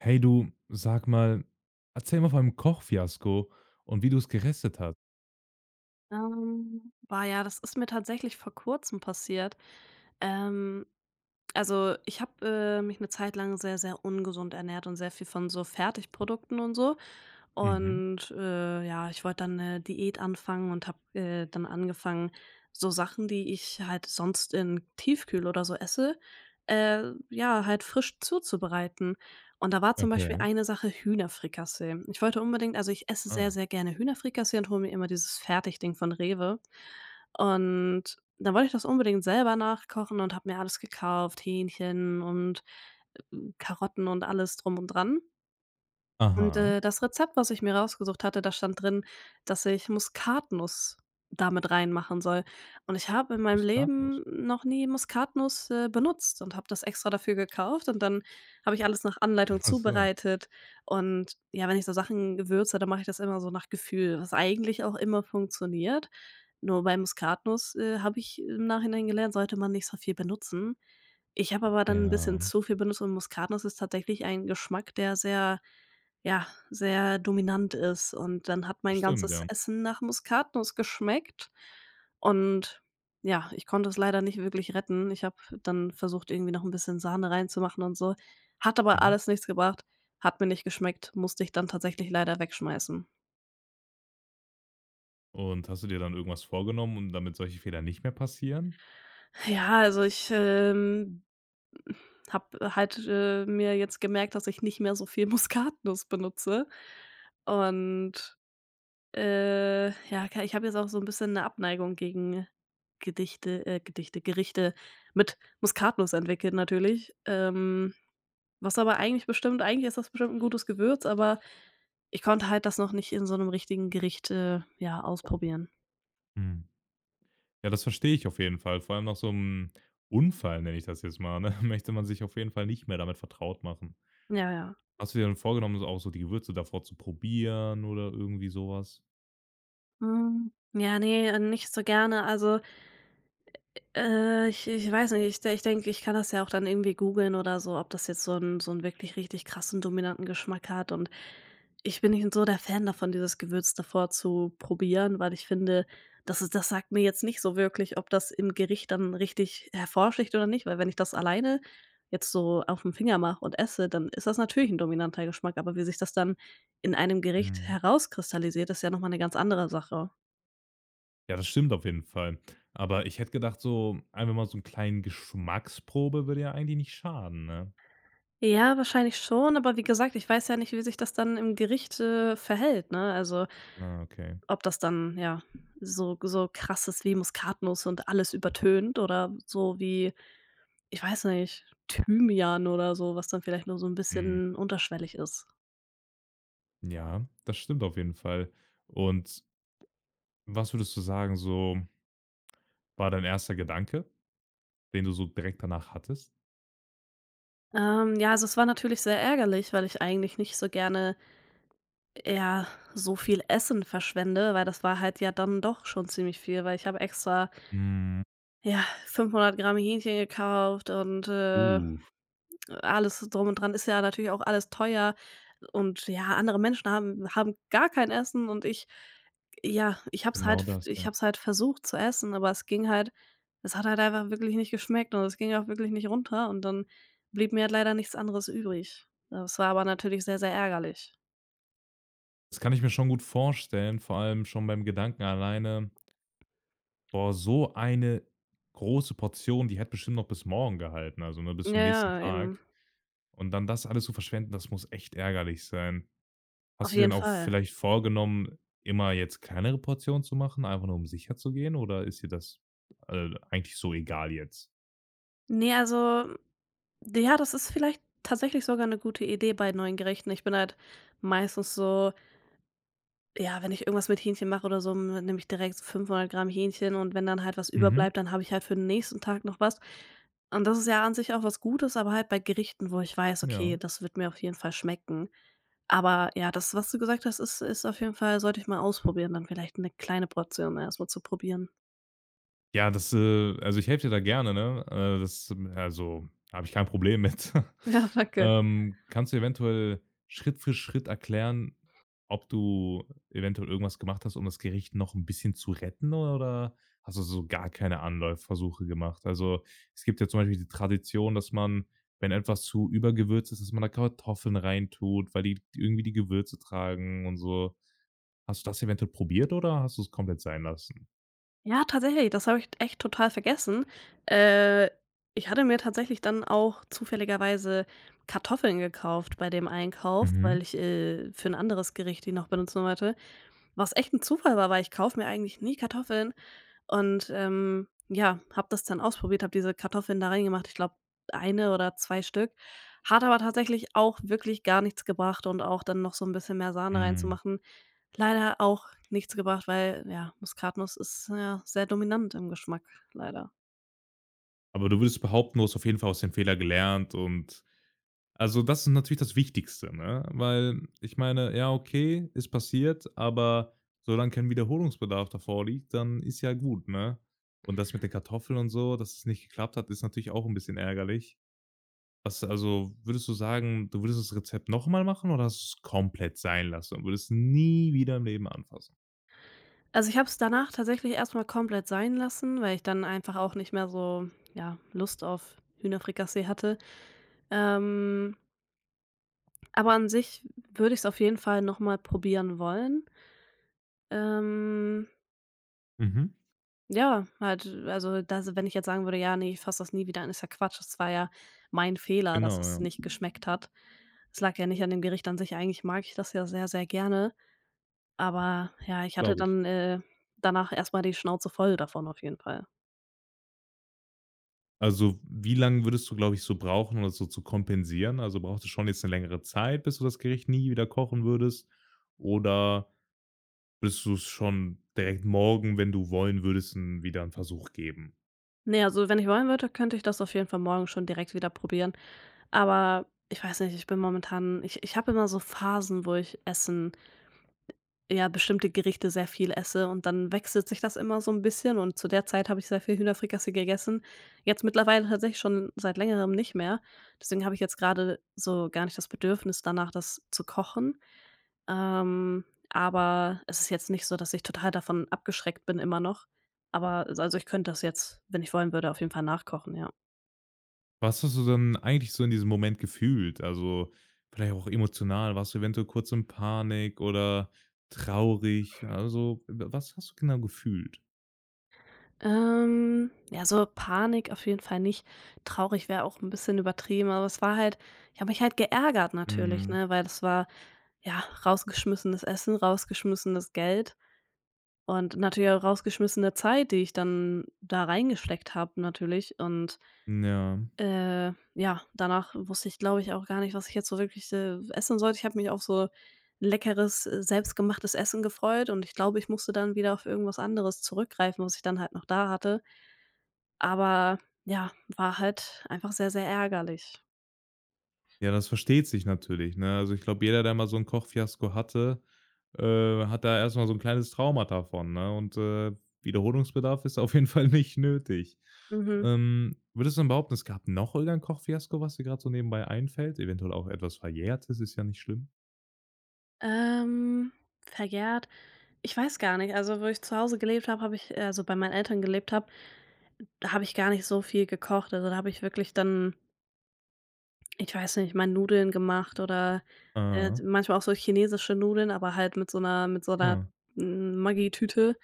Hey du, sag mal, erzähl mal von einem Kochfiasko und wie du es gerettet hast. Boah, ja, das ist mir tatsächlich vor Kurzem passiert. Ähm, also ich habe, mich eine Zeit lang sehr, sehr ungesund ernährt und sehr viel von so Fertigprodukten und so. Mhm, Und, ja, ich wollte dann eine Diät anfangen und habe, dann angefangen, so Sachen, die ich halt sonst in Tiefkühl oder so esse, äh, ja, halt frisch zuzubereiten. Und da war zum Beispiel okay. eine Sache Hühnerfrikassee. Ich wollte unbedingt, also ich esse Ah. sehr, sehr gerne Hühnerfrikassee und hole mir immer dieses Fertigding von Rewe. Und dann wollte ich das unbedingt selber nachkochen und habe mir alles gekauft, Hähnchen und Karotten und alles drum und dran. Und, Aha, das Rezept, was ich mir rausgesucht hatte, da stand drin, dass ich Muskatnuss damit reinmachen soll. Und ich habe in meinem Muskatnuss. Leben noch nie Muskatnuss benutzt und habe das extra dafür gekauft und dann habe ich alles nach Anleitung Ach so. zubereitet. Und ja, wenn ich so Sachen gewürze, dann mache ich das immer so nach Gefühl, was eigentlich auch immer funktioniert. Nur bei Muskatnuss habe ich im Nachhinein gelernt, sollte man nicht so viel benutzen. Ich habe aber dann ein Ja, bisschen zu viel benutzt und Muskatnuss ist tatsächlich ein Geschmack, der sehr, ja, sehr dominant ist, und dann hat mein stimmt, ganzes ja. Essen nach Muskatnuss geschmeckt, und ja, ich konnte es leider nicht wirklich retten. Ich habe dann versucht, irgendwie noch ein bisschen Sahne reinzumachen und so, hat aber Mhm. alles nichts gebracht, hat mir nicht geschmeckt, musste ich dann tatsächlich leider wegschmeißen. Und hast du dir dann irgendwas vorgenommen, um damit solche Fehler nicht mehr passieren? Ja, also ich, habe halt, mir jetzt gemerkt, dass ich nicht mehr so viel Muskatnuss benutze und ja, ke ich habe jetzt auch so ein bisschen eine Abneigung gegen Gerichte mit Muskatnuss entwickelt natürlich. Was aber eigentlich bestimmt Eigentlich ist das bestimmt ein gutes Gewürz, aber ich konnte halt das noch nicht in so einem richtigen Gericht, ja, ausprobieren. Hm. Ja, das verstehe ich auf jeden Fall. Vor allem nach so einem Unfall, nenne ich das jetzt mal, ne, möchte man sich auf jeden Fall nicht mehr damit vertraut machen. Ja, ja. Hast du dir dann vorgenommen, so auch so die Gewürze davor zu probieren oder irgendwie sowas? Hm, ja, ne, nicht so gerne. Also ich weiß nicht, ich denke, ich kann das ja auch dann irgendwie googeln oder so, ob das jetzt so 'n wirklich richtig krassen dominanten Geschmack hat, und ich bin nicht so der Fan davon, dieses Gewürz davor zu probieren, weil ich finde, das sagt mir jetzt nicht so wirklich, ob das im Gericht dann richtig hervorsticht oder nicht, weil wenn ich das alleine jetzt so auf dem Finger mache und esse, dann ist das natürlich ein dominanter Geschmack, aber wie sich das dann in einem Gericht herauskristallisiert, ist ja noch mal 'ne ganz andere Sache. Ja, das stimmt auf jeden Fall. Aber ich hätte gedacht, so einfach mal so 'n kleinen Geschmacksprobe würde ja eigentlich nicht schaden, ne? Ja, wahrscheinlich schon, aber wie gesagt, ich weiß ja nicht, wie sich das dann im Gericht, verhält, ne? Also, Ah, okay. ob das dann, ja, so krass ist wie Muskatnuss und alles übertönt, oder so wie, ich weiß nicht, Thymian oder so, was dann vielleicht nur so ein Mhm. bisschen unterschwellig ist. Ja, das stimmt auf jeden Fall. Und was würdest du sagen, so war dein erster Gedanke, den du so direkt danach hattest? Ja, also, es war natürlich sehr ärgerlich, weil ich eigentlich nicht so gerne, ja, so viel Essen verschwende, weil das war halt ja dann doch schon ziemlich viel, weil ich habe extra, Mhm. ja, 500 Gramm Hähnchen gekauft und, Uh, alles drum und dran ist ja natürlich auch alles teuer, und ja, andere Menschen haben gar kein Essen, und ich, ja, ich habe es genau halt das, ich ja. habe es halt versucht zu essen, aber es hat halt einfach wirklich nicht geschmeckt, und es ging auch wirklich nicht runter, und dann blieb mir halt leider nichts anderes übrig. Das war aber natürlich sehr, sehr ärgerlich. Das kann ich mir schon gut vorstellen, vor allem schon beim Gedanken alleine: „Boah, so eine große Portion, die hätte bestimmt noch bis morgen gehalten“, also, ne, bis Ja, zum nächsten ja, eben. Tag. Und dann das alles zu verschwenden, das muss echt ärgerlich sein. Auf Hast du dir jeden denn auch Fall. vielleicht vorgenommen, immer jetzt kleinere Portionen zu machen, einfach nur um sicher zu gehen, oder ist dir das, eigentlich so egal jetzt? Ne, also ja, das ist vielleicht tatsächlich sogar eine gute Idee bei neuen Gerichten. Ich bin halt meistens so. Ja, wenn ich irgendwas mit Hähnchen mache oder so, n nehme ich direkt so 500 Gramm Hähnchen, und wenn dann halt was Mhm, überbleibt, dann habe ich halt für den nächsten Tag noch was. Und das ist ja an sich auch was Gutes, aber halt bei Gerichten, wo ich weiß: ja. „Okay, das wird mir auf jeden Fall schmecken.“ Aber ja, das, was du gesagt hast, ist auf jeden Fall, sollte ich mal ausprobieren, dann vielleicht eine kleine Portion erstmal zu probieren. Ja, das, also, ich helfe dir da gerne, ne? Das also, habe ich kein Problem mit. Ja, danke. Kannst du eventuell Schritt für Schritt erklären, ob du eventuell irgendwas gemacht hast, um das Gericht noch ein bisschen zu retten oder hast du so gar keine Anlaufversuche gemacht? Also, es gibt ja zum Beispiel die Tradition, dass man, wenn etwas zu übergewürzt ist, dass man da Kartoffeln reintut, weil die irgendwie die Gewürze tragen und so. Hast du das eventuell probiert oder hast du es komplett sein lassen? Ja, tatsächlich, das habe ich echt total vergessen. Äh, ich hatte mir tatsächlich dann auch zufälligerweise Kartoffeln gekauft bei dem Einkauf, Mhm, weil ich, für ein anderes Gericht die noch benutzen wollte, was echt ein Zufall war, weil ich kaufe mir eigentlich nie Kartoffeln. Und, ja, habe das dann ausprobiert, habe diese Kartoffeln da reingemacht, ich glaube, eine oder 2 Stück. Hat aber tatsächlich auch wirklich gar nichts gebracht, und auch dann noch so ein bisschen mehr Sahne hm. reinzumachen, leider auch nichts gebracht, weil, ja, Muskatnuss ist, ja, sehr dominant im Geschmack, leider. Aber du würdest behaupten, du hast auf jeden Fall aus dem Fehler gelernt und also, das ist natürlich das Wichtigste, ne? Weil ich meine, ja, okay, ist passiert, aber solange kein Wiederholungsbedarf davor liegt, dann ist ja gut, ne? Und das mit den Kartoffeln und so, dass es nicht geklappt hat, ist natürlich auch ein bisschen ärgerlich. Was also, würdest du sagen, du würdest das Rezept noch mal machen oder hast du's komplett sein lassen und würdest nie wieder im Leben anfassen? Also, ich habe es danach tatsächlich erstmal komplett sein lassen, weil ich dann einfach auch nicht mehr so, ja, Lust auf Hühnerfrikassee hatte. Ähm, aber an sich würde ich es auf jeden Fall noch mal probieren wollen. Ähm Mhm. Ja, halt, also, das, wenn ich jetzt sagen würde: „Ja, nee, ich fasse das nie wieder an“, ist ja Quatsch. Es war ja mein Fehler, dass Genau, es ja, nicht geschmeckt hat. Es lag ja nicht an dem Gericht an sich. Eigentlich mag ich das ja sehr, sehr gerne, aber ja, ich hatte glaube ich. dann, danach erst mal die Schnauze voll davon auf jeden Fall. Also, wie lange würdest du, glaube ich, so brauchen, um das so zu kompensieren? Also, brauchst du schon jetzt eine längere Zeit, bis du das Gericht nie wieder kochen würdest? Oder würdest du es schon direkt morgen, wenn du wollen würdest, 'n wieder einen Versuch geben? Ne, also, wenn ich wollen würde, könnte ich das auf jeden Fall morgen schon direkt wieder probieren, aber ich weiß nicht, ich bin momentan, ich habe immer so Phasen, wo ich Essen ja, bestimmte Gerichte sehr viel esse, und dann wechselt sich das immer so ein bisschen, und zu der Zeit habe ich sehr viel Hühnerfrikassee gegessen. Jetzt mittlerweile tatsächlich schon seit Längerem nicht mehr. Deswegen habe ich jetzt gerade so gar nicht das Bedürfnis danach, das zu kochen. Ähm, aber es ist jetzt nicht so, dass ich total davon abgeschreckt bin immer noch. Aber also, ich könnte das jetzt, wenn ich wollen würde, auf jeden Fall nachkochen, ja. Was hast du denn eigentlich so in diesem Moment gefühlt? Also, vielleicht auch emotional? Warst du eventuell kurz in Panik oder traurig? Also, was hast du genau gefühlt? Ja, so Panik auf jeden Fall nicht. Traurig wäre auch ein bisschen übertrieben, aber es war halt, ich habe mich halt geärgert natürlich, Mhm. ne, weil das war, ja, rausgeschmissenes Essen, rausgeschmissenes Geld und natürlich auch rausgeschmissene Zeit, die ich dann da reingesteckt habe natürlich, und, Ja. Ja, danach wusste ich, glaube ich, auch gar nicht, was ich jetzt so wirklich, essen sollte. Ich habe mich auf so leckeres, selbstgemachtes Essen gefreut, und ich glaube, ich musste dann wieder auf irgendwas anderes zurückgreifen, was ich dann halt noch da hatte. Aber ja, war halt einfach sehr, sehr ärgerlich. Ja, das versteht sich natürlich, ne? Also, ich glaube, jeder, der mal so 'n Kochfiasko hatte, hat da erst mal so 'n kleines Trauma davon, ne? Und Wiederholungsbedarf ist auf jeden Fall nicht nötig. Mhm. Würdest du denn behaupten, es gab noch irgend ein Kochfiasko, was dir grad so nebenbei einfällt? Eventuell auch etwas Verjährtes, ist ja nicht schlimm. Ähm, verjährt, ich weiß gar nicht. Also, wo ich zu Hause gelebt habe, habe ich, also, bei meinen Eltern gelebt habe, da habe ich gar nicht so viel gekocht. Also, da habe ich wirklich dann, ich weiß nicht, mal Nudeln gemacht oder, Ah, manchmal auch so chinesische Nudeln, aber halt mit so einer ah, Maggi-Tüte.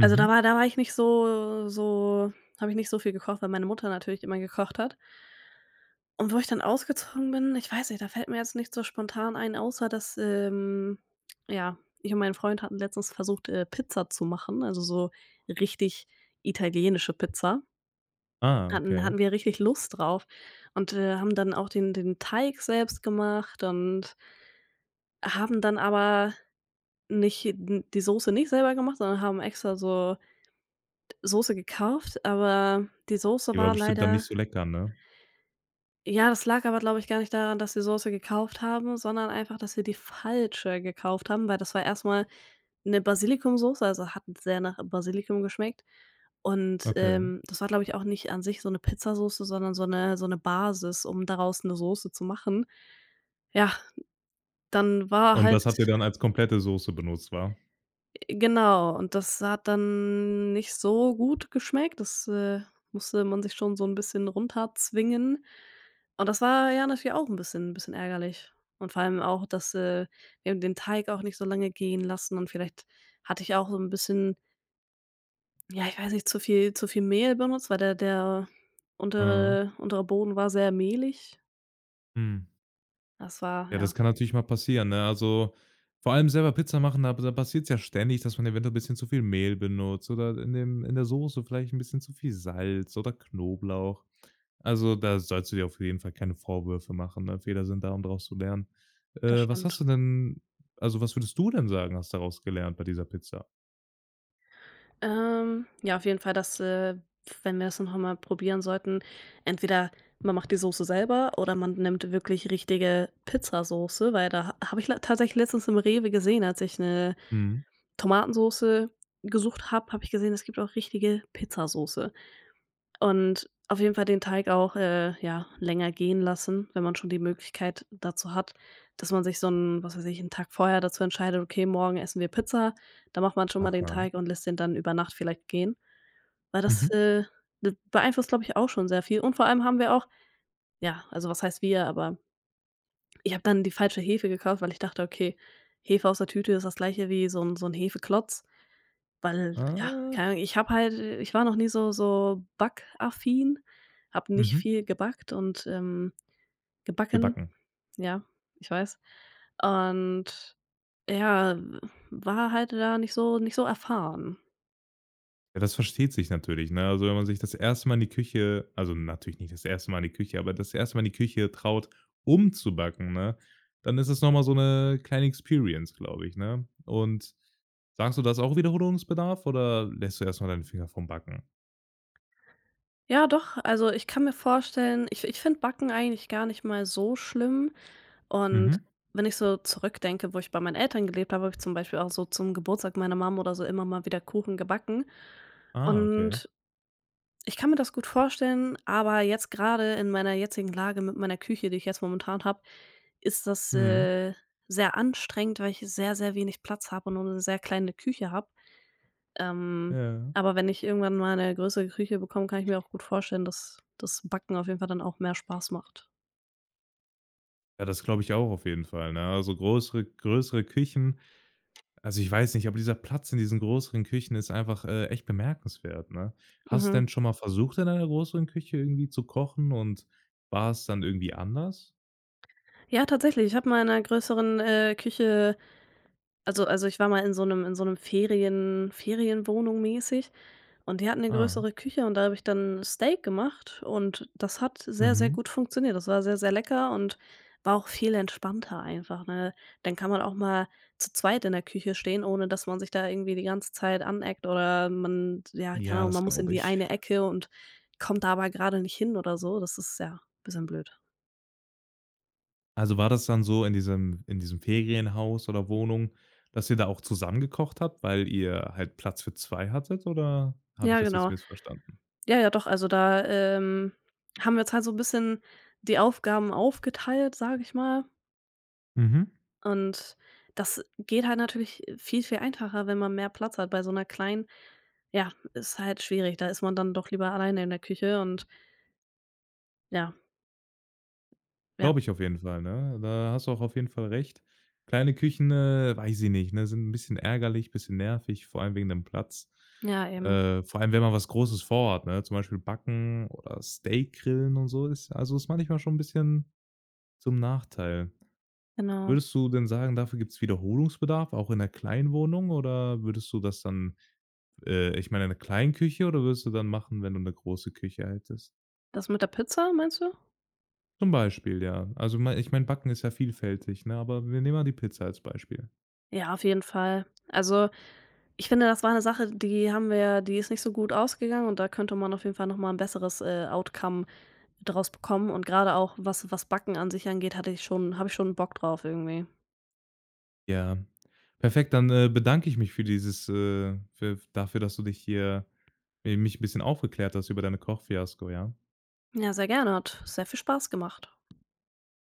Also, da war ich nicht so, so habe ich nicht so viel gekocht, weil meine Mutter natürlich immer gekocht hat. Und wo ich dann ausgezogen bin, ich weiß nicht, da fällt mir jetzt nicht so spontan ein, außer dass, ja, ich und mein Freund hatten letztens versucht, Pizza zu machen, also so richtig italienische Pizza. Ah, Hatten okay. hatten wir richtig Lust drauf, und, haben dann auch den Teig selbst gemacht und haben dann aber nicht die Soße nicht selber gemacht, sondern haben extra so Soße gekauft, aber die Soße Die war war bestimmt dann leider. nicht so lecker, ne? Ja, das lag aber, glaube ich, gar nicht daran, dass wir Soße gekauft haben, sondern einfach, dass wir die falsche gekauft haben, weil das war erstmal eine 'ne Basilikumsoße, also hat sehr nach Basilikum geschmeckt. Und, Okay. Das war, glaube ich, auch nicht an sich so 'ne Pizzasoße, sondern so eine Basis, um daraus eine Soße zu machen. Ja, dann war Und halt. das habt ihr dann als komplette Soße benutzt, wa? Genau, und das hat dann nicht so gut geschmeckt. Das, musste man sich schon so ein bisschen runterzwingen. Und das war ja natürlich auch ein bisschen ärgerlich. Und vor allem auch, dass, wir haben den Teig auch nicht so lange gehen lassen, und vielleicht hatte ich auch so ein bisschen, ja, ich weiß nicht, zu viel Mehl benutzt, weil der Mhm. untere Boden war sehr mehlig. Mhm. Das war Ja, ja, das kann natürlich mal passieren, ne? Also, vor allem selber Pizza machen, da passiert es ja ständig, dass man eventuell ein bisschen zu viel Mehl benutzt oder in der Soße vielleicht ein bisschen zu viel Salz oder Knoblauch. Also, da sollst du dir auf jeden Fall keine Vorwürfe machen, ne? Fehler sind da, um daraus zu lernen. das Was hast stimmt. du denn also, was würdest du denn sagen, hast daraus gelernt bei dieser Pizza? Ja, auf jeden Fall, dass, wenn wir das noch mal probieren sollten, entweder man macht die Soße selber oder man nimmt wirklich richtige Pizzasoße, weil da ha habe ich le tatsächlich letztens im Rewe gesehen, als ich eine Mhm. Tomatensoße gesucht habe, habe ich gesehen, es gibt auch richtige Pizzasoße. Und auf jeden Fall den Teig auch, ja, länger gehen lassen, wenn man schon die Möglichkeit dazu hat, dass man sich so 'n, was weiß ich, einen Tag vorher dazu entscheidet: „Okay, morgen essen wir Pizza.“ Da macht man schon mal den Aha. Teig und lässt den dann über Nacht vielleicht gehen. Weil Mhm. das, d beeinflusst, glaube ich, auch schon sehr viel. Und vor allem haben wir auch, ja, also was heißt wir, aber ich habe dann die falsche Hefe gekauft, weil ich dachte: „Okay, Hefe aus der Tüte ist das Gleiche wie so 'n Hefeklotz.“ Weil, ja, Ah. keine Ahnung, ich habe halt ich war noch nie so backaffin, habe nicht Mhm. viel gebackt und, gebacken, Gebacken. ja, ich weiß. Und ja, war halt da nicht so erfahren. Ja, das versteht sich natürlich, ne? Also, wenn man sich das erste Mal in die Küche also, natürlich nicht das erste Mal in die Küche, aber das erste Mal in die Küche traut, umzubacken ne, dann ist es noch mal so eine kleine Experience, glaube ich, ne? Und sagst du, das auch Wiederholungsbedarf oder lässt du erst mal deine Finger vom Backen? Ja, doch. Also, ich kann mir vorstellen, ich finde Backen eigentlich gar nicht mal so schlimm. Und Mhm. wenn ich so zurückdenke, wo ich bei meinen Eltern gelebt habe, habe ich zum Beispiel auch so zum Geburtstag meiner Mom oder so immer mal wieder Kuchen gebacken. Ah, okay. Und ich kann mir das gut vorstellen, aber jetzt gerade in meiner jetzigen Lage mit meiner Küche, die ich jetzt momentan habe, ist das, Mhm. Sehr anstrengend, weil ich sehr, sehr wenig Platz habe und nur eine sehr kleine Küche habe. Ähm, Ja. aber wenn ich irgendwann mal eine größere Küche bekomme, kann ich mir auch gut vorstellen, dass das Backen auf jeden Fall dann auch mehr Spaß macht. Ja, das glaube ich auch auf jeden Fall, ne? Also, größere Küchen. Also, ich weiß nicht, aber dieser Platz in diesen größeren Küchen ist einfach, echt bemerkenswert, ne? Hast du Mhm. denn schon mal versucht, in einer größeren Küche irgendwie zu kochen und war es dann irgendwie anders? Ja, tatsächlich, ich habe mal in einer größeren, Küche, also, ich war mal in so einem, Ferienwohnung mäßig. Und die hatten eine Ah, größere Küche, und da habe ich dann Steak gemacht, und das hat sehr, sehr mhm. gut funktioniert. Das war sehr, sehr lecker und war auch viel entspannter einfach, ne? Dann kann man auch mal zu zweit in der Küche stehen, ohne dass man sich da irgendwie die ganze Zeit aneckt oder man, ja, keine Ja, Ahnung, das man muss in glaube die ich. eine Ecke und kommt da aber grade nicht hin oder so. Das ist ja ein bisschen blöd. Also, war das dann so in diesem Ferienhaus oder Wohnung, dass ihr da auch zusammen gekocht habt, weil ihr halt Platz für 2 hattet oder habe ich Ja, das jetzt genau. missverstanden? Ja, ja, doch, also da, haben wir jetzt halt so 'n bisschen die Aufgaben aufgeteilt, sage ich mal. Mhm. Und das geht halt natürlich viel, viel einfacher, wenn man mehr Platz hat. Bei so einer kleinen, ja, ist halt schwierig. Da ist man dann doch lieber alleine in der Küche, und ja, ja, Glaube ich auf jeden Fall, ne? Da hast du auch auf jeden Fall recht. Kleine Küchen, weiß ich nicht, ne, sind ein bisschen ärgerlich, bisschen nervig, vor allem wegen dem Platz. ja, eben, Vor allem, wenn man was Großes vorhat, ne, zum Beispiel backen oder Steak grillen und so ist also, ist manchmal schon ein bisschen zum Nachteil. genau. Würdest du denn sagen, dafür gibt's Wiederholungsbedarf, auch in 'ner Kleinwohnung oder würdest du das dann ich meine, eine Kleinküche oder würdest du dann machen, wenn du eine große Küche hättest? Das mit der Pizza, meinst du? Zum Beispiel, ja. Also, mei ich meine, Backen ist ja vielfältig, ne, aber wir nehmen mal die Pizza als Beispiel. Ja, auf jeden Fall. Also, ich finde, das war eine Sache, die haben wir ja, die ist nicht so gut ausgegangen, und da könnte man auf jeden Fall noch mal 'n besseres, Outcome draus bekommen, und gerade auch, was Backen an sich angeht, hatte ich schon habe ich schon Bock drauf irgendwie. Ja, perfekt, dann, bedanke ich mich für dieses, für dafür, dass du dich hier mi mich ein bisschen aufgeklärt hast über deine Kochfiasko, ja? Ja, sehr gerne, hat sehr viel Spaß gemacht.